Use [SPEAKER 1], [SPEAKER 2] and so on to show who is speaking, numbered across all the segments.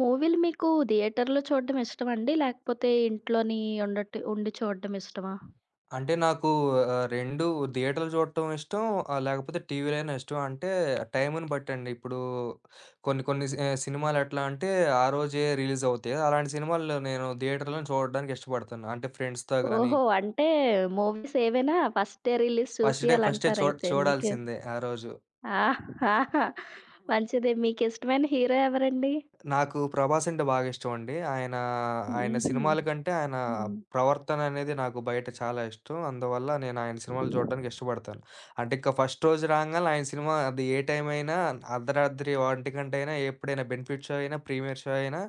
[SPEAKER 1] మూవీలు మీకు థియేటర్‌లో చూడడం ఇష్టమండి? లేకపోతే ఇంట్లోని ఉండి చూడడం ఇష్టమా?
[SPEAKER 2] అంటే నాకు 2 థియేటర్‌లో చూడటం ఇష్టం. లేకపోతే టీవీలైనా ఇష్టం. అంటే టైముని బట్టండి. ఇప్పుడు కొన్ని కొన్ని సినిమాలు ఎట్లా అంటే ఆ రోజే రిలీజ్ అవుతాయి. అలాంటి సినిమాలు నేను థియేటర్‌లోనే చూడడానికి ఇష్టపడతాను. అంటే ఫ్రెండ్స్‌తో గాని
[SPEAKER 1] ఓహో! అంటే మూవీస్ ఏవైనా first day release
[SPEAKER 2] first day
[SPEAKER 1] చూసియాలంటారయితే మీకు.
[SPEAKER 2] చూడాల్సిందే ఆ రోజు.
[SPEAKER 1] ఆ! ఆహా! మంచిదే. మీకిష్టమైన హీరో ఎవరండి?
[SPEAKER 2] నాకు 'ప్రభాస్' అంటే బాగా ఇష్టమండి.
[SPEAKER 1] హుహు.
[SPEAKER 2] ఆయన సినిమాల కంటే ఆయన
[SPEAKER 1] హ్మ్.
[SPEAKER 2] ప్రవర్తన అనేది నాకు బయట చాలా ఇష్టం. అందువల్ల నేను ఆయన సినిమాలు చూడడానికి ఇష్టపడతాను. అంటే ఇక ఫస్ట్ రోజు రాంగాలనే ఆయన సినిమా అది ఏ టైం అయినా అర్ధరాత్రి ఒంటిగంట అయినా ఎప్పుడైనా బెనిఫిట్ షో అయినా, ప్రీమియర్ షో అయినా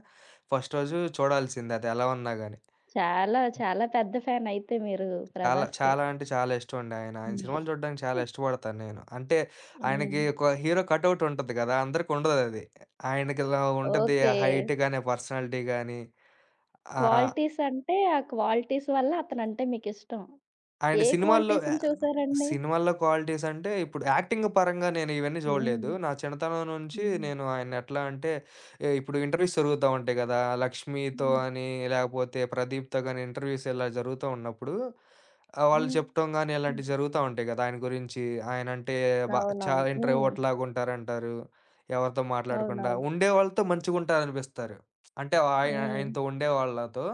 [SPEAKER 2] ఫస్ట్ రోజు చూడాల్సిందే, అది ఎలా ఉన్నా గాని.
[SPEAKER 1] చాలా, చాలా పెద్ద ఫ్యాన్ అయితే మీరు
[SPEAKER 2] చాలా,
[SPEAKER 1] 'ప్రభాస్‌కి'.
[SPEAKER 2] చాలా అంటే చాలా ఇష్టమండి ఆయన. ఆయన సినిమాలు చూడడానికి చాలా ఇష్టపడతాను నేను. అంటే ఆయనకి
[SPEAKER 1] హ్మ్.
[SPEAKER 2] ఒక హీరో కటౌట్ ఉంటది కదా! అందరికుండదది. ఆయనకిలా ఉంటది,
[SPEAKER 1] ఓకే.
[SPEAKER 2] హైట్ గాని, పర్సనాలిటీ గాని. ఆ!
[SPEAKER 1] క్వాలిటీస్ అంటే ఆ క్వాలిటీస్ వల్ల అతనంటే మీకిష్టం.
[SPEAKER 2] ఆయన
[SPEAKER 1] ఏ
[SPEAKER 2] సినిమాల్లో
[SPEAKER 1] క్వాలిటీస్‌ని చూసారండి?
[SPEAKER 2] సినిమాల్లో క్వాలిటీస్ అంటే ఇప్పుడు యాక్టింగ్ పరంగా నేను ఇవన్నీ చూడలేదు.
[SPEAKER 1] హ్మ్.
[SPEAKER 2] నా చిన్నతనం నుంచి
[SPEAKER 1] హ్మ్.
[SPEAKER 2] నేను ఆయన్ని ఎట్లా అంటే ఇప్పుడు ఇంటర్వ్యూస్ జరుగుతా ఉంటాయి గదా! 'లక్ష్మితో'
[SPEAKER 1] హ్మ్.
[SPEAKER 2] అని, లేకపోతే 'ప్రదీప్‌తో' గాని ఇంటర్వ్యూస్ ఇలా జరుగుతూ ఉన్నప్పుడు వాళ్ళు
[SPEAKER 1] హ్మ్.
[SPEAKER 2] చెప్పటం గాని ఇలాంటివి జరుగుతా ఉంటాయి గదా! ఆయన గురించి. ఆయనంటే
[SPEAKER 1] అవునవును.
[SPEAKER 2] చాలా
[SPEAKER 1] హ్మ్.
[SPEAKER 2] ఇంట్రోవర్ట్ లాగా ఉంటారంటారు. ఎవరితో మాట్లాడకుండా
[SPEAKER 1] అవునవును.
[SPEAKER 2] ఉండేవాళ్ళతో మంచిగుంటారనిపిస్తారు. అంటే ఆయ
[SPEAKER 1] హ్మ్.
[SPEAKER 2] ఆయనతో ఉండేవాళ్ళతో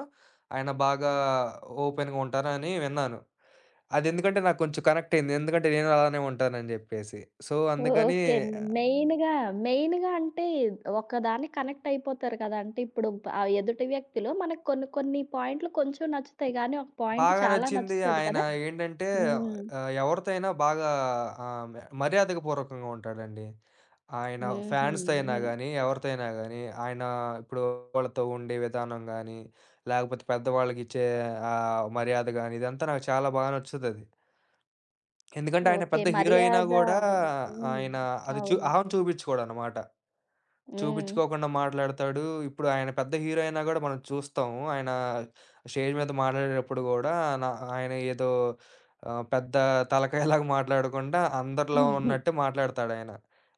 [SPEAKER 2] ఆయన బాగా ఓపెన్‌గా ఉంటారని విన్నాను. అదెందుకంటే నాకు కొంచెం కనెక్ట్ అయింది. ఎందుకంటే నేను అలానే ఉంటానని జెప్పేసి. సో, అందుకని
[SPEAKER 1] ఓకే. మెయిన్‌గా, మెయిన్‌గా అంటే ఒకదానికి కనెక్ట్ అయిపోతారు కదా! అంటే ఇప్పుడు ఆ ఎదుటి వ్యక్తిలో మనకు కొన్ని కొన్ని పాయింట్లు కొంచెం నచ్చుతాయి గానీ, ఒక పాయింట్
[SPEAKER 2] బాగా
[SPEAKER 1] చాలా
[SPEAKER 2] నచ్చింది
[SPEAKER 1] నచ్చుతది
[SPEAKER 2] ఆయన
[SPEAKER 1] కదా!
[SPEAKER 2] ఏంటంటే,
[SPEAKER 1] హ్మ్.
[SPEAKER 2] ఎవరితో అయినా బాగా ఆహ్, మె మర్యాదకు పూర్వకంగా ఉంటాడండి. ఆయన
[SPEAKER 1] హుహు.
[SPEAKER 2] ఫ్యాన్స్‌తో అయినా
[SPEAKER 1] హ్మ్.
[SPEAKER 2] గానీ, ఎవరితో అయినా గానీ, ఆయన ఇప్పుడు వాళ్ళతో ఉండే విధానం గానీ, లేకపోతే పెద్దవాళ్ళకిచ్చే మర్యాద గానీ, ఇదంతా నాకు చాలా బాగా నచ్చుతది. ఎందుకంటే ఆయన
[SPEAKER 1] ఓకే.
[SPEAKER 2] పెద్ద హీరో అయినా
[SPEAKER 1] మర్యాద
[SPEAKER 2] గూడా
[SPEAKER 1] హ్మ్.
[SPEAKER 2] ఆయన అది
[SPEAKER 1] అవును.
[SPEAKER 2] అహం చూపిచ్చకోడనమాట.
[SPEAKER 1] హ్మ్.
[SPEAKER 2] చూపించుకోకుండా మాట్లాడతాడు. ఇప్పుడు ఆయన పెద్ద హీరో అయినా గూడా మనం చూస్తాం. ఆయన స్టేజ్ మీద మాట్లాడేటప్పుడు గూడా నా ఆయన ఏదో పెద్ద తలకాయలాగా మాట్లాడకుండా అందరిలో ఉన్నట్టు మాట్లాడతాడాయన.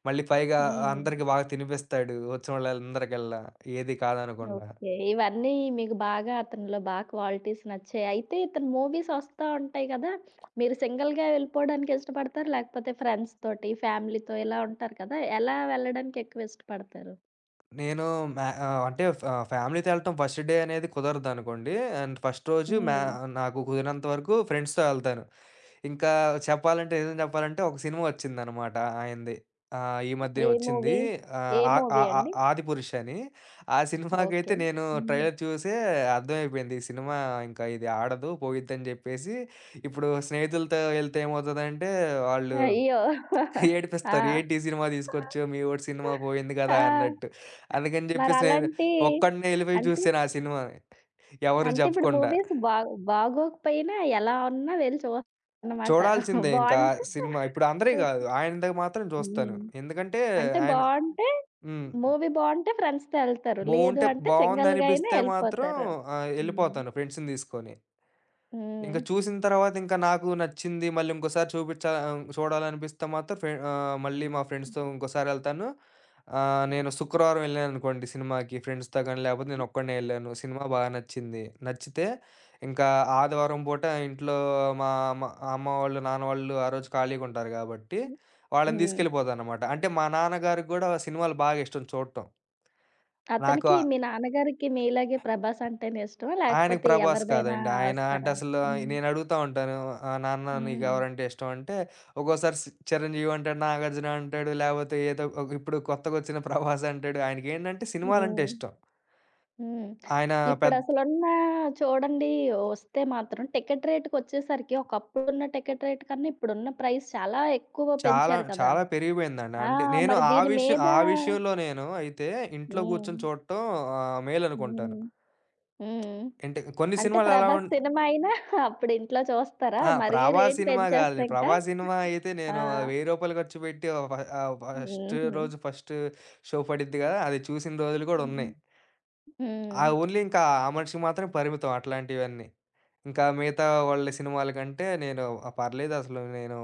[SPEAKER 2] మళ్ళీ పైగా
[SPEAKER 1] హ్మ్.
[SPEAKER 2] అందరికి బాగా తినిపిస్తాడు, వచ్చినోళ్ళందరికల్లా ఏది కాదనకుండా.
[SPEAKER 1] ఓకే. ఇవన్నీ మీకు బాగా అతనిలో క్వాలిటీస్ నచ్చాయి. అయితే ఇతని మూవీస్ వస్తా ఉంటాయి గదా! మీరు సింగిల్‌గా వెళ్ళిపోవడానికి ఇష్టపడతారా? లేకపోతే ఫ్రెండ్స్ తోటి, ఫ్యామిలీతో ఇలా ఉంటారు కదా! ఎలా వెళ్ళడానికి ఎక్కువ ఇష్టపడతారు?
[SPEAKER 2] నేను అంటే ఫ్యామిలీతో ఎళ్ళటం ఫస్ట్ డే అనేది కుదరదనుకోండి. అండ్ ఫస్ట్ రోజు
[SPEAKER 1] హ్మ్.
[SPEAKER 2] నాకు కుదిరినంత వరకు ఫ్రెండ్స్‌తో ఎళ్తాను. ఇంకా చెప్పాలంటే, నిజం చెప్పాలంటే ఒక సినిమా వచ్చిందనమాట ఆయనది. ఈ మధ్య
[SPEAKER 1] ఏ
[SPEAKER 2] వచ్చింది.
[SPEAKER 1] మూవీ?
[SPEAKER 2] ఆహ్,
[SPEAKER 1] ఏ
[SPEAKER 2] ఆ ఆ
[SPEAKER 1] మూవీ
[SPEAKER 2] ఆ
[SPEAKER 1] అండి?
[SPEAKER 2] 'ఆదిపురుష్' అని. ఆ సినిమాకైతే
[SPEAKER 1] ఓకే.
[SPEAKER 2] నేను
[SPEAKER 1] హ్మ్.
[SPEAKER 2] ట్రైలర్ చూసే అర్థమైపోయింది. ఈ సినిమా ఇంకా ఇది ఆడదు, పోయిద్దని జెప్పేసి ఇప్పుడు స్నేహితులతో ఎళ్తే ఏమవుతదంటే, వాళ్ళు
[SPEAKER 1] అయ్యో!
[SPEAKER 2] ఏడిపిస్తారు.
[SPEAKER 1] ఆ!
[SPEAKER 2] "ఏంటి ఈ సినిమా తీసుకొచ్చావు? మీ వోడి సినిమా పోయింది కదా!"
[SPEAKER 1] ఆ!
[SPEAKER 2] అన్నట్టు. అందుకని జెప్పేసి నేను
[SPEAKER 1] మరలాంటి
[SPEAKER 2] ఒక్కడినే ఎళ్ళిపోయి
[SPEAKER 1] అంటే
[SPEAKER 2] చూసాను ఆ సినిమాని, ఎవరు
[SPEAKER 1] అంటే ఇప్పుడు
[SPEAKER 2] జెప్పకుండా.
[SPEAKER 1] మూవీస్ బాగోకపోయినా ఎలా ఉన్నా వెళ్లి చూస్తానన్నమాట.
[SPEAKER 2] చూడాల్సిందే ఇంకా
[SPEAKER 1] బావుంటే హుహు.
[SPEAKER 2] సినిమా. ఇప్పుడు అందరియి
[SPEAKER 1] ఓకే.
[SPEAKER 2] గాదు. ఆయనది మాత్రం జూస్తాను.
[SPEAKER 1] హ్మ్.
[SPEAKER 2] ఎందుకంటే
[SPEAKER 1] అంటే
[SPEAKER 2] ఆయన.
[SPEAKER 1] బావుంటే
[SPEAKER 2] హ్మ్.
[SPEAKER 1] మూవీ బావుంటే ఫ్రెండ్స్‌తో ఎళ్తారు. లేదు
[SPEAKER 2] బావుంటే
[SPEAKER 1] అంటే సింగిల్‌గా అయినా
[SPEAKER 2] బావుందనిపిస్తే మాత్రం
[SPEAKER 1] ఎళ్ళిపోతారు. హ్మ్.
[SPEAKER 2] ఎళ్ళిపోతాను ఫ్రెండ్స్‌ని దీసుకొని. ఇంక
[SPEAKER 1] హ్మ్.
[SPEAKER 2] చూసిన తర్వాత ఇంకా నాకు నచ్చింది, మళ్ళీ ఇంకోసారి చూడాలనిపిస్తే మాత్రం మళ్ళీ మా ఫ్రెండ్స్‌తో ఇంకోసారెళ్తాను. నేను శుక్రవారం ఎళ్ళాననుకోండి సినిమాకి ఫ్రెండ్స్‌తో గాని, లేపోతే నేనొక్కడినే ఎళ్ళాను. సినిమా బాగా నచ్చింది. నచ్చితే ఇంకా ఆదివారం పూట ఇంట్లో మా అమ్మ అమ్మ వాళ్ళు, నాన్న వాళ్ళు ఆ రోజు ఖాళీగుంటారు గాబట్టి వాళ్ళని
[SPEAKER 1] హ్మ్.
[SPEAKER 2] తీసుకెళ్ళిపోతాననమాట. అంటే మా నాన్నగారికి గూడా సినిమాలు బాగా ఇష్టం చూడటం. నాకు
[SPEAKER 1] అతనికి
[SPEAKER 2] ఆ
[SPEAKER 1] మీ నాన్నగారికి మీలాగే 'ప్రభాస్' అంటేనే ఇష్టమా?
[SPEAKER 2] ఆయనకి
[SPEAKER 1] లేకపోతే
[SPEAKER 2] 'ప్రభాస్'
[SPEAKER 1] ఎవరిదైనా
[SPEAKER 2] కాదండి. ఆయన అంటే
[SPEAKER 1] వస్తారా?
[SPEAKER 2] అసలు
[SPEAKER 1] హ్మ్.
[SPEAKER 2] నేనడుగుతా ఉంటాను. నాన్న
[SPEAKER 1] హ్మ్.
[SPEAKER 2] నీకెవరంటే ఇష్టం అంటే, ఒక్కోసారి 'చిరంజీవి' అంటాడు, 'నాగార్జున' అంటాడు, లేపోతే ఏదో ఒక ఇప్పుడు కొత్తగొచ్చిన 'ప్రభాస్' అంటాడు. ఆయనకేంటంటే సినిమాలంటే
[SPEAKER 1] హ్మ్.
[SPEAKER 2] ఇష్టం.
[SPEAKER 1] హ్మ్.
[SPEAKER 2] ఆయన పెద్
[SPEAKER 1] ఇప్పుడసలున్న చూడండి ఒస్తే మాత్రం టికెట్ రేట్‌కొచ్చేసరికి ఒకప్పుడున్న టికెట్ రేట్ కన్నా ఇప్పుడున్న ప్రైస్ చాలా ఎక్కువ
[SPEAKER 2] చాలా
[SPEAKER 1] పెంచారు కదా!
[SPEAKER 2] చాలా పెరిగిపోయిందండి.
[SPEAKER 1] ఆ!
[SPEAKER 2] అంటే నేను
[SPEAKER 1] మరి దీని మీద
[SPEAKER 2] ఆ విషయంలో నేను అయితే ఇంట్లో
[SPEAKER 1] హ్మ్.
[SPEAKER 2] కూర్చొని చూడటం మేలనుకుంటాను.
[SPEAKER 1] హ్మ్. హ్మ్.
[SPEAKER 2] అంటే కొన్ని
[SPEAKER 1] అంటే
[SPEAKER 2] సినిమాలు ఎలా ఉం
[SPEAKER 1] 'ప్రభాస్' సినిమా అయినా అప్పుడు ఇంట్లో చూస్తారా?
[SPEAKER 2] ఆ!
[SPEAKER 1] మరీ
[SPEAKER 2] 'ప్రభా'
[SPEAKER 1] రేట్
[SPEAKER 2] సినిమా గాదులే.
[SPEAKER 1] పెంచేస్తే ఇంకా.
[SPEAKER 2] 'ప్రభా' సినిమా అయితే
[SPEAKER 1] ఆ!
[SPEAKER 2] నేను రూ. 1000 ఖర్చు పెట్టి ఫస్ట్
[SPEAKER 1] హుహు.
[SPEAKER 2] రోజు ఫస్ట్ షో పడిద్ది గదా! అది చూసిన రోజులు గూడా ఉన్నాయి.
[SPEAKER 1] హ్మ్.
[SPEAKER 2] ఆ
[SPEAKER 1] హ్మ్.
[SPEAKER 2] ఓన్లీ ఇంకా ఆ మనిషికి మాత్రమే పరిమితం అట్లాంటివన్నీ. ఇంకా మిగతా వాళ్ళ సినిమాల కంటే నేను పర్లేదసలు, నేను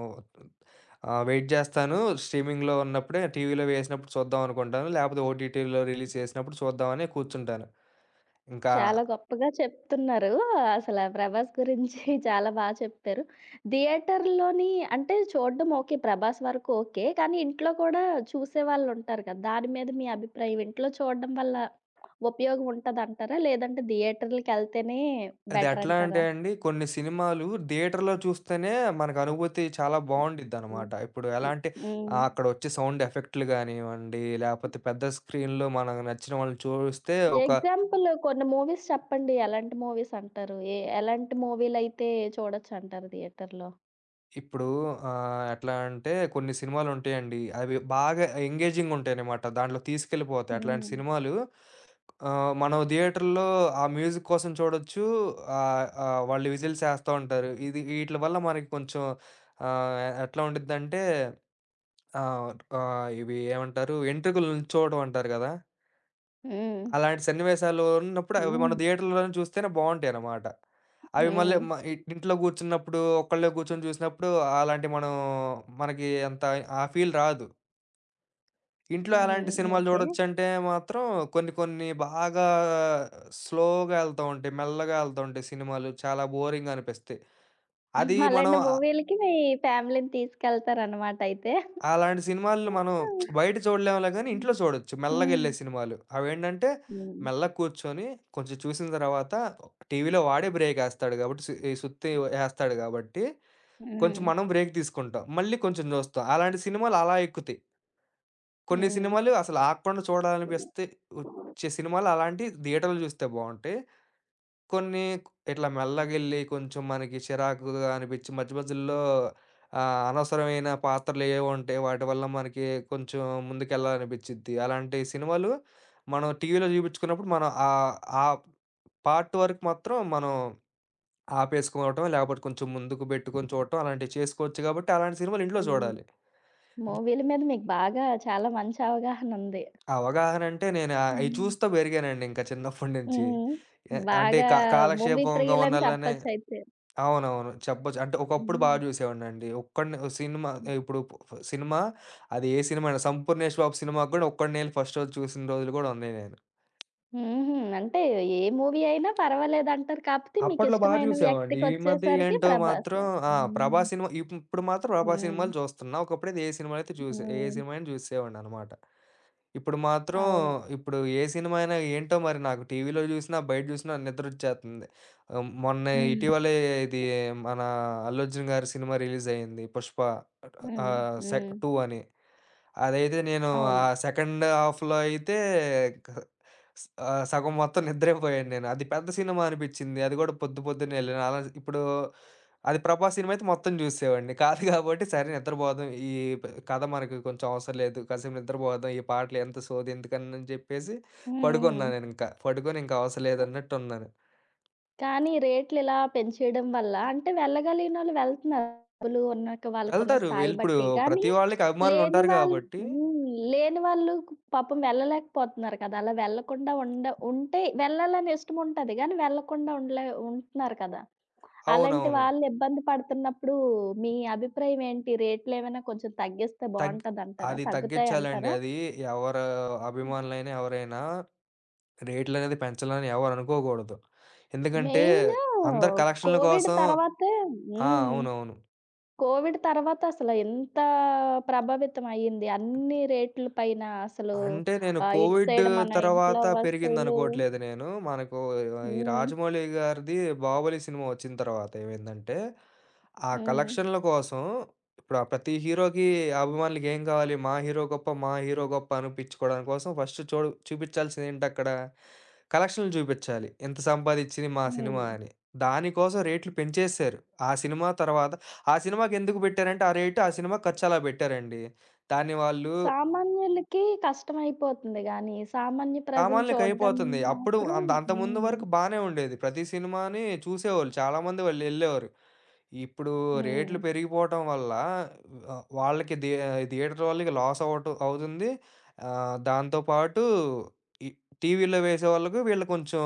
[SPEAKER 2] వెయిట్ జేస్తాను. స్ట్రీమింగ్‌లో ఉన్నప్పుడే టీవీలో వేసినప్పుడు చూద్దాం అనుకుంటాను. లేపోతే ఓటీటీలో రిలీజ్ చేసినప్పుడు చూద్దామని కూర్చుంటాను. ఇంకా
[SPEAKER 1] చాలా గొప్పగా చెప్తున్నారు. అసల 'ప్రభాస్' గురించి చాలా చెప్పారు. థియేటర్‌లోని అంటే చూడడం ఓకే. 'ప్రభాస్' వరకు ఓకే. కానీ ఇంట్లో కూడా చూసేవాళ్ళుంటారు కదా! దాని మీద మీ అభిప్రాయం? ఇంట్లో చూడడం వల్ల ఉపయోగం ఉంటదంటారా? లేదంటే థియేటర్‌లకెళ్తేనే
[SPEAKER 2] అది ఎట్లా అంటే
[SPEAKER 1] బెటరంటారా?
[SPEAKER 2] అండి, కొన్ని సినిమాలు థియేటర్‌లో చూస్తేనే మనకు అనుభూతి చాలా
[SPEAKER 1] హ్మ్.
[SPEAKER 2] బావుండిద్దనమాట. ఇప్పుడు ఎలా
[SPEAKER 1] హ్మ్.
[SPEAKER 2] అంటే
[SPEAKER 1] హ్మ్.
[SPEAKER 2] అక్కడొచ్చే సౌండ్ ఎఫెక్ట్‌లు గానివ్వండి, లేపోతే పెద్ద స్క్రీన్‌లో మనకు నచ్చిన వాళ్ళని చూస్తే ఒక
[SPEAKER 1] ఎగ్జాంపుల్ కొన్ని మూవీస్ చెప్పండి. ఎలాంటి మూవీస్ అంటారు? ఎలాంటి మూవీలైతే చూడొచ్చంటారు థియేటర్‌లో?
[SPEAKER 2] ఇప్పుడు ఎట్లా అంటే, కొన్ని సినిమాలుంటాయండి. అవి బాగా ఎంగేజింగుంటాయనమాట. దాంట్లో తీసుకెళ్ళిపోతాయి. అట్లాంటి
[SPEAKER 1] హ్మ్.
[SPEAKER 2] సినిమాలు మనం థియేటర్‌లో ఆ మ్యూజిక్ కోసం చూడొచ్చు. ఆహ్, ఆహ్, వాళ్ళు విజిల్స్ ఏస్తా ఉంటారు. ఇది ఈట్ల వల్ల మనకి కొంచెం ఎట్లా ఉండిద్దంటే, ఆ! ఇవి ఏమంటారు? వెంట్రుకలు నుంచోవడం అంటారు గదా!
[SPEAKER 1] హ్మ్.
[SPEAKER 2] అలాంటి సన్నివేశాలు ఉన్నప్పుడు అవి మన
[SPEAKER 1] హ్మ్.
[SPEAKER 2] థియేటర్‌లోనే చూస్తేనే బావుంటాయన్నమాట. అవి మళ్ళీ
[SPEAKER 1] హ్మ్.
[SPEAKER 2] మ ఇ ఇంట్లో గూర్చున్నప్పుడు, ఒక్కళ్ళే కూర్చొని చూసినప్పుడు అలాంటి మనం మనకి అంత ఆ ఫీల్ రాదు. ఇంట్లో ఎలాంటి
[SPEAKER 1] హ్మ్.
[SPEAKER 2] సినిమాలు
[SPEAKER 1] ఓకే.
[SPEAKER 2] చూడొచ్చంటే మాత్రం, కొన్ని కొన్ని బాగా స్లోగా ఎళ్తా ఉంటాయి. మెల్లగా ఎళ్తా ఉంటాయి సినిమాలు. చాలా బోరింగ్‌గా అనిపిస్తాయి. అది మనం
[SPEAKER 1] అలాంటి మూవీలకి మీ ఫ్యామిలీ‌ని తీసుకెళ్తారనమాట అయితే.
[SPEAKER 2] అలాంటి సినిమాలు మనం బయట చూడలేములే గానీ,
[SPEAKER 1] హ్మ్.
[SPEAKER 2] ఇంట్లో చూడొచ్చు. మెల్లగెళ్ళే సినిమాలు. అవేంటంటే,
[SPEAKER 1] హ్మ్.
[SPEAKER 2] మెల్లగ కూర్చొని కొంచెం చూసిన తర్వాత టీవీలో వాడే బ్రేకేస్తాడు గాబట్టి, ఈ సుత్తి ఏస్తాడు గాబట్టి, కొంచెం
[SPEAKER 1] హ్మ్.
[SPEAKER 2] మనం బ్రేక్ తీసుకుంటాం. మళ్ళీ కొంచెం జూస్తాం. అలాంటి సినిమాలు అలా ఎక్కుతాయి. కొన్ని
[SPEAKER 1] హ్మ్.
[SPEAKER 2] సినిమాలు అసలు ఆగకుండా చూడాలనిపిస్తే వచ్చే సినిమాలు అలాంటియి థియేటర్‌లో జూస్తే బావుంటాయి. కొన్ని ఇట్లా మెల్లగెళ్ళి కొంచెం మనకి చిరాకుగా అనిపిచ్చి మధ్య మధ్యలో అనవసరమైన పాత్రలేవో ఉంటాయి. వాటి వల్ల మనకి కొంచెం ముందుకెళ్ళాలనిపిచ్చిద్ది. అలాంటి సినిమాలు మనం టీవీలో చూపించుకున్నప్పుడు మనం ఆహ్, ఆ పార్ట్ వరకు మాత్రం మనం ఆపేసుకోవటం, లేకపోతే కొంచెం ముందుకు పెట్టుకొని చూడటం అలాంటివి చేసుకోవచ్చు కాబట్టి అలాంటి సినిమాలు ఇంట్లో
[SPEAKER 1] హ్మ్.
[SPEAKER 2] చూడాలి.
[SPEAKER 1] మూవీల మీద మీకు బాగా చాలా మంచి అవగాహన ఉంది.
[SPEAKER 2] అవగాహన అంటే నేను అయి
[SPEAKER 1] హ్మ్.
[SPEAKER 2] చూస్తా పెరిగానండి ఇంకా చిన్నప్పటి నుంచి.
[SPEAKER 1] హ్మ్.
[SPEAKER 2] అంటే
[SPEAKER 1] బాగా మూవీ
[SPEAKER 2] కాలక్షేపంగా
[SPEAKER 1] ప్రియులని
[SPEAKER 2] ఉండాలనే.
[SPEAKER 1] చెప్పొచ్చయితే.
[SPEAKER 2] అవునవును, చెప్పొచ్చు. అంటే ఒకప్పుడు బాగా
[SPEAKER 1] హ్మ్.
[SPEAKER 2] జూసేవాడినండి ఒక్కడినే సినిమా. ఇప్పుడు ప- ఫ సినిమా అది ఏ సినిమా అయినా 'సంపూర్ణేష్ బాబు' సినిమాకి గూడా ఒక్కడినే ఎళ్లి ఫస్ట్ రోజు చూసిన రోజులు గూడా ఉన్నాయి నేను.
[SPEAKER 1] హుహు. అంటే ఏ మూవీ అయినా పర్వాలేదంటారు. కాపోతే
[SPEAKER 2] అప్పట్లో బా
[SPEAKER 1] మీకిష్టమైన
[SPEAKER 2] జూసేవాడిని. ఈ మధ్య
[SPEAKER 1] వ్యక్తికొచ్చేసరికి
[SPEAKER 2] ఏంటో మాత్రం
[SPEAKER 1] 'ప్రభాస్'.
[SPEAKER 2] ఆ!
[SPEAKER 1] హ్మ్.
[SPEAKER 2] 'ప్రభాస్' సినిమా ఇప్పుడు మాత్రం 'ప్రభాస్'
[SPEAKER 1] హ్మ్.
[SPEAKER 2] సినిమాలు జూస్తున్నా. ఒకప్పుడైతే ఏ
[SPEAKER 1] హ్మ్.
[SPEAKER 2] సినిమా అయినా జూసేవాడిననమాట. ఇప్పుడు మాత్రం
[SPEAKER 1] అవును.
[SPEAKER 2] ఇప్పుడు ఏ సినిమా అయినా ఏంటో మరి నాకు టీవీలో జూసినా, బయట జూసినా నిద్రొచ్చేత్తంది. మొన్న ఇటీవలే ఇది మన 'అల్లు అర్జున్' గారి సినిమా రిలీజ్ అయింది, 'పుష్ప.'
[SPEAKER 1] హ్మ్.
[SPEAKER 2] సెక్
[SPEAKER 1] హ్మ్.
[SPEAKER 2] 2 అని. అదైతే నేను ఆ
[SPEAKER 1] అవును.
[SPEAKER 2] సెకండ్ హాఫ్‌లో అయితే క సగం మొత్తం నిద్రైపోయాను నేను. అది పెద్ద సినిమా అనిపిచ్చింది. అది కూడా పొద్దున్నే ఎళ్ళాను. అలా ఇప్పుడు అది 'ప్రభాస్' సినిమా అయితే మొత్తం చూసేసేవాడిని. కాదు కాబట్టి సరే నిద్రపోదాం. ఈ కథ మనకు కొంచెం అవసరం లేదు. కాసేపు నిద్రపోదాం. ఈ పాటలు ఎంత సోది ఎందుకని అని చెప్పేసి
[SPEAKER 1] హ్మ్. హ్మ్.
[SPEAKER 2] పడుకున్నా నేనింకా. పడుకొని ఇంక అవసరం లేదన్నట్టున్నాను.
[SPEAKER 1] కానీ రేట్లు ఇలా పెంచేయడం వల్ల అంటే వెళ్ళగలిగినోళ్ళు వెళ్తున్నారు. డబ్బులు ఉన్నాక వాళ్ళకున్న
[SPEAKER 2] వెళ్తారు.
[SPEAKER 1] స్థాయి
[SPEAKER 2] ఇప్పుడు
[SPEAKER 1] బట్టి. కానీ
[SPEAKER 2] ప్రతి వాళ్ళకి
[SPEAKER 1] లేని
[SPEAKER 2] అభిమానులుంటారు
[SPEAKER 1] వాళ్ళు
[SPEAKER 2] కాబట్టి.
[SPEAKER 1] హ్మ్. లేని వాళ్ళు పాపం వెళ్ళలేకపోతున్నారు కదా! అలా వెళ్ళకుండా ఉండ ఉంటే వెళ్ళాలని ఇష్టం ఉంటది. కానీ వెళ్ళకుండా ఉండలే ఉంటున్నారు కదా! అలాంటి
[SPEAKER 2] అవునవును.
[SPEAKER 1] వాళ్ళు ఇబ్బంది పడుతున్నప్పుడు మీ అభిప్రాయం ఏంటి? రేట్లు ఏమైనా కొంచెం తగ్గిస్తే
[SPEAKER 2] తగ్
[SPEAKER 1] బావుంటదంటారా?
[SPEAKER 2] అది తగ్గిచ్చాలండి.
[SPEAKER 1] తగ్గుతాయంటారా?
[SPEAKER 2] అది ఎవరు అభిమానులైనా, ఎవరైనా రేట్లనేది పెంచాలని ఎవరు అనుకోకూడదు. ఎందుకంటే
[SPEAKER 1] మెయిను
[SPEAKER 2] అందరు కలెక్షన్‌ల
[SPEAKER 1] కోవిడ్
[SPEAKER 2] కోసం.
[SPEAKER 1] తర్వాతే
[SPEAKER 2] ఆ!
[SPEAKER 1] హ్మ్.
[SPEAKER 2] అవునవును.
[SPEAKER 1] కోవిడ్ తర్వాత అసల ఎంత ప్రభావితం అయ్యింది. అన్ని రేట్ల పైన అసలు
[SPEAKER 2] అంటే నేను
[SPEAKER 1] ఇటు
[SPEAKER 2] కోవిడ్
[SPEAKER 1] సైడ్ మన ఇంట్లో
[SPEAKER 2] తర్వాత
[SPEAKER 1] వస్తువులు
[SPEAKER 2] పెరిగిందనుకోవట్లేదు నేను. మనకు ఈ
[SPEAKER 1] హ్మ్.
[SPEAKER 2] 'రాజమౌళి' గారిది 'బాహుబలి' సినిమా వచ్చిన తర్వాత ఏమైందంటే, ఆ
[SPEAKER 1] హ్మ్.
[SPEAKER 2] కలెక్షన్‌ల కోసం ఇప్పుడు ఆ ప్రతి హీరోకి అభిమానులకి ఏం కావాలి? మా హీరో గొప్ప, మా హీరో గొప్ప అనిపించుకోవడం కోసం ఫస్ట్ చూపించాల్సింది ఏంటక్కడ? కలెక్షన్‌లు చూపించాలి. ఇంత సంపాదిచ్చింది మా సినిమా
[SPEAKER 1] హ్మ్.
[SPEAKER 2] అని. దానికోసం రేట్లు పెంచేశారు. ఆ సినిమా తర్వాత ఆ సినిమాకెందుకు పెట్టారంటే ఆ రేటు, ఆ సినిమా ఖర్చు అలా పెట్టారండి. దాన్ని వాళ్ళు
[SPEAKER 1] సామాన్యులకి కష్టమైపోతుంది గానీ, సామాన్య ప్రజలు చూడడం
[SPEAKER 2] సామాన్లకయిపోతుంది. అప్పుడు
[SPEAKER 1] మాత్రం
[SPEAKER 2] అంతకుముందు
[SPEAKER 1] హ్మ్.
[SPEAKER 2] వరకు బానే ఉండేది. ప్రతి సినిమాని చూసేవాళ్ళు. చాలామంది వాళ్ళెళ్ళేవారు. ఇప్పుడు రేట్లు
[SPEAKER 1] హ్మ్.
[SPEAKER 2] పెరిగిపోవటం వల్ల ఆహ్, వాళ్ళకి థి థియేటర్ వాళ్ళకి లాస్ అవుతుంది. దాంతో పాటు ఈ టీవీలో వేసేవాళ్ళకి వీళ్ళు కొంచెం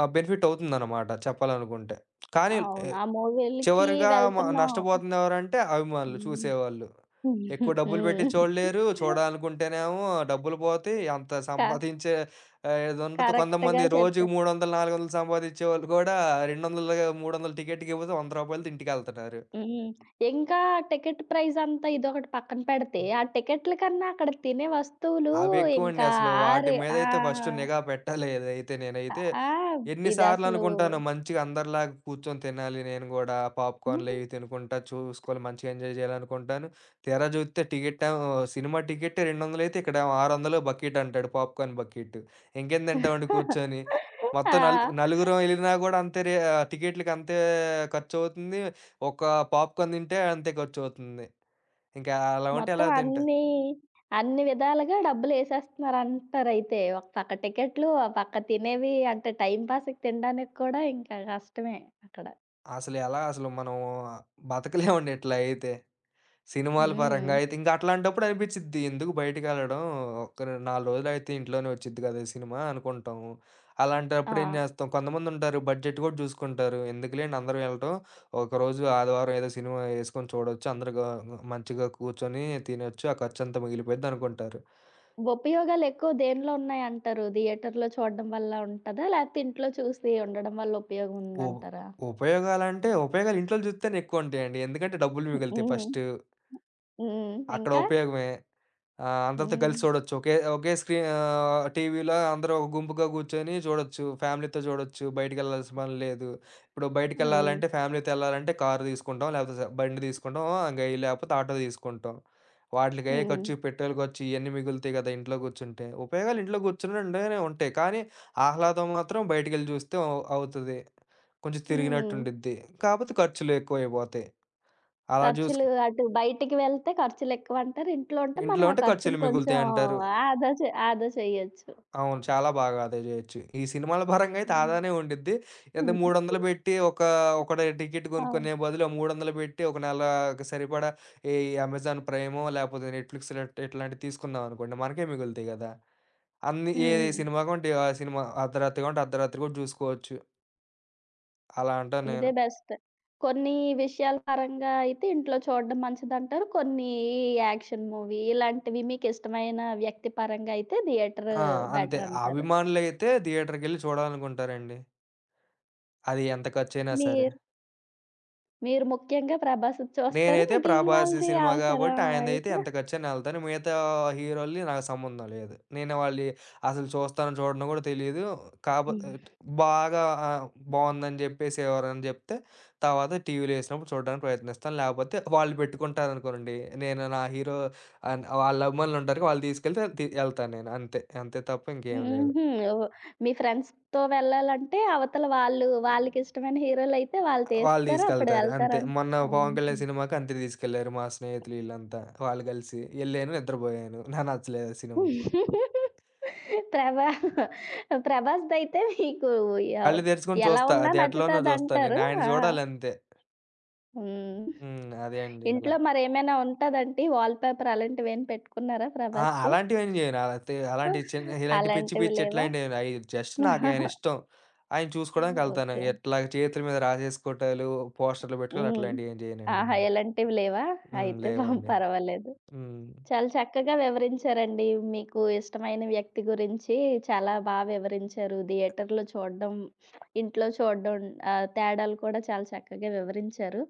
[SPEAKER 2] బెనిఫిట్ అవుతుందనమాట చెప్పాలనుకుంటే. కానీ ఎ
[SPEAKER 1] అవును. ఆ మూవీలకి
[SPEAKER 2] చివరిగా
[SPEAKER 1] వెళ్తున్నాం.
[SPEAKER 2] నష్టపోతుంది ఎవరంటే అభిమానులు,
[SPEAKER 1] హ్మ్.
[SPEAKER 2] చూసేవాళ్ళు. ఎక్కువ డబ్బులు పెట్టి
[SPEAKER 1] హ్మ్.
[SPEAKER 2] చూడలేరు. చూడాలనుకుంటేనేమో డబ్బులు పోతాయి. అంత
[SPEAKER 1] క
[SPEAKER 2] సంపాదించే ఇది ఉండదు.
[SPEAKER 1] కరెక్ట్‌గా
[SPEAKER 2] కొంతమంది రోజుకి
[SPEAKER 1] చెప్పారు.
[SPEAKER 2] 300, 400 సంపాదించేవాళ్ళు కూడా 200, 300 టికెట్‌కిపోతే రూ. 100 తింటికెళ్తున్నారు.
[SPEAKER 1] హ్మ్. ఇంకా టికెట్ ప్రైస్ అంతా ఇదొకటి పక్కన పెడితే, ఆ టికెట్ల కన్నా అక్కడ తినే వస్తువులు
[SPEAKER 2] అవి ఎక్కువండి
[SPEAKER 1] ఇంకా
[SPEAKER 2] అసలు.
[SPEAKER 1] ఆ
[SPEAKER 2] వాటి
[SPEAKER 1] రే ఆ!
[SPEAKER 2] మీదైతే ఫస్ట్ నిఘా పెట్టాలి ఏదైతే, నేనైతే
[SPEAKER 1] ఆ!
[SPEAKER 2] ఎన్ని సార్లు
[SPEAKER 1] ఇదసలు
[SPEAKER 2] అనుకుంటానో మంచిగా అందరిలాగా కూర్చొని తినాలి నేను గూడా. పాప్‌కార్న్‌లు అవి తినుకుంటా చూసుకోవాలి మంచిగా, ఎంజాయ్ చేయాలనుకుంటాను. తీరా చూస్తే టికెటేమో, సినిమా టికెట్టే 200 అయితే ఇక్కడేమో 600 బకెట్ అంటాడు పాప్‌కార్న్ బకెట్. ఇంకేం తింటామండి కూర్చొని. మొత్తం
[SPEAKER 1] ఆ!
[SPEAKER 2] నలుగురం ఎళ్ళినా గూడా అంతే టికెట్‌లకి అంతే ఖర్చవుతుంది. ఒక పాప్‌కార్న్ తింటే అంతే ఖర్చవుతుంది. ఇంకా అలా ఉంటే
[SPEAKER 1] మొత్తం
[SPEAKER 2] ఎలా తింటా?
[SPEAKER 1] అన్నీ, అన్ని విధాలుగా డబ్బులేసేస్తున్నారంటారయితే. ఒక పక్క టికెట్లు, ఒక పక్క తినేవి అంటే టైం పాస్‌కి తినడానికి కూడా ఇంకా కష్టమే అక్కడ.
[SPEAKER 2] అసలు మనం బతకలేమండి ఇట్లా అయితే. సినిమాల పరంగా
[SPEAKER 1] హ్మ్.
[SPEAKER 2] అయితే ఇంక అట్లాంటప్పుడు అనిపిచ్చిద్ది ఎందుకు బయటికెళ్ళడం. ఒక 4 రోజులైతే ఇంట్లోనే వచ్చిద్ది కదా! ఈ సినిమా అనుకుంటాము. అలాంటప్పుడు ఏం
[SPEAKER 1] ఆ!
[SPEAKER 2] జేస్తాం, కొంతమందుంటారు బడ్జెట్ గూడా జూసుకుంటారు. ఎందుకులేండి అందరం ఎళ్ళటం. ఒకరోజు ఆదివారం ఏదో సినిమా యేసుకొని చూడొచ్చు. అందరూ మంచిగా కూర్చొని తినొచ్చు. ఆ ఖర్చంతా మిగిలిపోయిద్ది అనుకుంటారు.
[SPEAKER 1] ఉపయోగాలెక్కువ దేనిలో ఉన్నాయంటారు? థియేటర్‌లో చూడడం వల్ల ఉంటదా? లేకపోతే ఇంట్లో చూసి ఉండడం వల్ల ఉపయోగం
[SPEAKER 2] ఉ
[SPEAKER 1] ఉందంటారా?
[SPEAKER 2] ఉపయోగాలంటే ఉపయోగాలు ఇంట్లోలు జూస్తేనే ఎక్కువ ఉంటాయండి. ఎందుకంటే డబ్బులు మిగులుతాయి
[SPEAKER 1] హ్మ్.
[SPEAKER 2] ఫస్టు.
[SPEAKER 1] హ్మ్.
[SPEAKER 2] అక్కడ
[SPEAKER 1] ఇంకా?
[SPEAKER 2] ఉపయోగమే. అందరితో
[SPEAKER 1] హ్మ్.
[SPEAKER 2] కలిసి చూడొచ్చు. ఒకే ఒకే స్క్రీన్ టీవీలో అందరూ ఒక గుంపుగా కూర్చొని చూడొచ్చు. ఫ్యామిలీతో చూడొచ్చు. బయటికెళ్ళాల్సిన పని లేదు. ఇప్పుడు
[SPEAKER 1] హ్మ్.
[SPEAKER 2] బయటికెళ్ళాలంటే ఫ్యామిలీతో ఎళ్ళాలంటే కారు తీసుకుంటాం. లేకపోతే బండి తీసుకుంటాం. ఇంక లేకపోతే ఆటో తీసుకుంటాం. వాటిలకయ్యే
[SPEAKER 1] హ్మ్.
[SPEAKER 2] ఖర్చు, పెట్రోల్ ఖర్చు ఇయన్నీ మిగులుతాయి కదా ఇంట్లో కూర్చుంటే! ఉపయోగాలు ఇంట్లో కూర్చుంటేనే ఉంటాయి. కానీ ఆహ్లాదం మాత్రం బయటికెళ్ళి చూస్తే అవుతది. కొంచెం
[SPEAKER 1] హ్మ్.
[SPEAKER 2] తిరిగినట్టుండిద్ది. కాపోతే ఖర్చులు ఎక్కువైపోతాయి. అలా
[SPEAKER 1] ఖర్చులు
[SPEAKER 2] చూసుకు
[SPEAKER 1] అటు బయటికి వెళ్తే ఖర్చులెక్కువంటారు. ఇంట్లో ఉంటే
[SPEAKER 2] ఇంట్లో
[SPEAKER 1] మనం ఆ
[SPEAKER 2] ఉంటే ఖర్చులు
[SPEAKER 1] ఖర్చుని కొంచెం
[SPEAKER 2] మిగులుతాయంటారు.
[SPEAKER 1] ఆదా చేయొచ్చు.
[SPEAKER 2] అవును. చాలా బాగా ఆదా జేయొచ్చు. ఈ సినిమాల పరంగా అయితే
[SPEAKER 1] హ్మ్.
[SPEAKER 2] ఆదానే ఉండిద్ది. అంటే
[SPEAKER 1] హ్మ్.
[SPEAKER 2] 300 బెట్టి ఒకడు టికెట్
[SPEAKER 1] అవును.
[SPEAKER 2] కొనుక్కునే బదులు ఆ 300 బెట్టి ఒక నెలకి సరిపడా ఈ అమెజాన్ ప్రైమో లేపోతే నెట్‌ఫ్లిక్స్ ఇట్లాంటివి తీసుకున్నామనుకోండి, మనకే మిగులుతాయి గదా! అన్ని ఏ
[SPEAKER 1] హ్మ్.
[SPEAKER 2] సినిమా కొంటే ఆ సినిమా అర్ధరాత్రి కొంటే అర్ధరాత్రి గూడా జూసుకోవచ్చు. అలా అంటాను నేను.
[SPEAKER 1] ఇదే బెస్ట్. కొన్ని విషయాల పరంగా అయితే ఇంట్లో చూడడం మంచిదంటారు. కొన్ని యాక్షన్ మూవీ ఇలాంటివి మీకిష్టమైన వ్యక్తి పరంగా అయితే థియేటర్
[SPEAKER 2] ఆ! అంతే.
[SPEAKER 1] బెటరంటారు.
[SPEAKER 2] అభిమానులైతే థియేటర్‌కెళ్లి చూడాలనుకుంటారండి, అది ఎంత ఖర్చయినా సరే.
[SPEAKER 1] మీరు మీరు ముఖ్యంగా 'ప్రభాస్‌ది' చూస్తారు.
[SPEAKER 2] నేనైతే
[SPEAKER 1] మిగిలిన
[SPEAKER 2] 'ప్రభాస్'
[SPEAKER 1] వాళ్ళది
[SPEAKER 2] సినిమా గాబట్టి
[SPEAKER 1] అవసరం
[SPEAKER 2] ఆయనదైతే
[SPEAKER 1] అయితే
[SPEAKER 2] ఎంత ఖర్చైనా యెళ్తాను. మిగతా హీరోల్ని నాకు సంబంధం లేదు. నేను వాళ్ళయి అసలు చూస్తానో చూడనో గూడా తెలీదు. కాపోతే బాగా ఆహ్, బావుందని జెప్పేసి ఎవరైనా జెప్తే తర్వాత టీవీలో యేసినప్పుడు చూడడానికి ప్రయత్నిస్తాను. లేపోతే వాళ్ళు పెట్టుకుంటారనుకోండి. నేను నా హీరో అన్ వాళ్ళ అభిమానులుంటారు. వాళ్ళు తీసుకెళ్తే యెళ్తాను నేను. అంతే. అంతే తప్ప ఇంకేం లేదు.
[SPEAKER 1] హుహు. ఓహ్! మీ ఫ్రెండ్స్‌తో వెళ్ళాలంటే అవతల వాళ్ళు వాళ్ళకిష్టమైన హీరోలైతే వాళ్ళు
[SPEAKER 2] వాళ్ళు
[SPEAKER 1] తీస్తారు. అప్పుడు
[SPEAKER 2] తీసుకెళ్తారు. అంతే.
[SPEAKER 1] వెళ్తారన్
[SPEAKER 2] మొన్న
[SPEAKER 1] ఆహా!
[SPEAKER 2] 'పవన్ కళ్యాణ్' సినిమాకి అంతే తీసుకెళ్లారు మా స్నేహితులు ఈళ్ళంతా. వాళ్ళు కలిసి ఎళ్ళాను, నిద్రపోయాను. నాకు నచ్చలేదు ఆ సినిమా.
[SPEAKER 1] ప్రభా 'ప్రభాస్‌దయితే మీకు ఆహ్,
[SPEAKER 2] కళ్ళు తెరుచుకొని
[SPEAKER 1] ఎలా
[SPEAKER 2] చూస్తా.
[SPEAKER 1] ఉన్నా
[SPEAKER 2] అది ఎట్లనో చూస్తా నేను.
[SPEAKER 1] నచ్చుతదంటారు.
[SPEAKER 2] ఆయన
[SPEAKER 1] ఆ!
[SPEAKER 2] చూడాలంతే.
[SPEAKER 1] హ్మ్.
[SPEAKER 2] హ్మ్. అదే అండి అలా.
[SPEAKER 1] ఇంట్లో మరేమైనా ఉంటదంటీ వాల్ పేపర్ అలాంటివేమి పెట్టుకున్నారా
[SPEAKER 2] ఆ!
[SPEAKER 1] 'ప్రభాస్‌ది'?
[SPEAKER 2] అలాంటివేం చేయను. అలాంటి చిన్న ఇలాంటి పిచ్చి
[SPEAKER 1] అలాంటివి
[SPEAKER 2] పిచ్చి
[SPEAKER 1] లేవా?
[SPEAKER 2] ఇట్లాంటివి అయి జస్ట్ నాకాయన ఇష్టం. ఆయన చూసుకోవడానికి ఎళ్తాను.
[SPEAKER 1] ఓకే.
[SPEAKER 2] ఇట్లా చేతుల మీద రాసేసుకోవటాలు, పోస్టర్‌లు పెట్టుకోవడం
[SPEAKER 1] హ్మ్.
[SPEAKER 2] అట్లాంటివేం చేయనండి
[SPEAKER 1] ఆహా!
[SPEAKER 2] నేను.
[SPEAKER 1] ఇలాంటివి లేవా?
[SPEAKER 2] హ్మ్,
[SPEAKER 1] అయితే
[SPEAKER 2] లేవండి.
[SPEAKER 1] పర్వాలేదు.
[SPEAKER 2] హ్మ్.
[SPEAKER 1] చాలా చక్కగా వివరించారండి. మీకు ఇష్టమైన వ్యక్తి గురించి చాలా వివరించారు. థియేటర్‌లో చూడడం, ఇంట్లో చూడడం తేడాలు కూడా చాలా చక్కగా వివరించారు.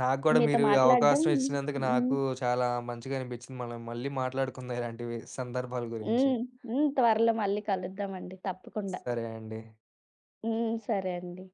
[SPEAKER 2] నాకు గూడా
[SPEAKER 1] మీతో
[SPEAKER 2] మీరు ఈ
[SPEAKER 1] మాట్లాడడం
[SPEAKER 2] అవకాశం ఇచ్చినందుకు
[SPEAKER 1] హ్మ్.
[SPEAKER 2] నాకు చాలా మంచిగా అనిపించింది. మనం మళ్ళీ మాట్లాడుకుందాం ఇలాంటివి సందర్భాల గురించి.
[SPEAKER 1] హ్మ్. హ్మ్. త్వరలో మళ్ళీ కలుద్దామండి తప్పకుండా.
[SPEAKER 2] సరే అండి.
[SPEAKER 1] హ్మ్. సరే అండి.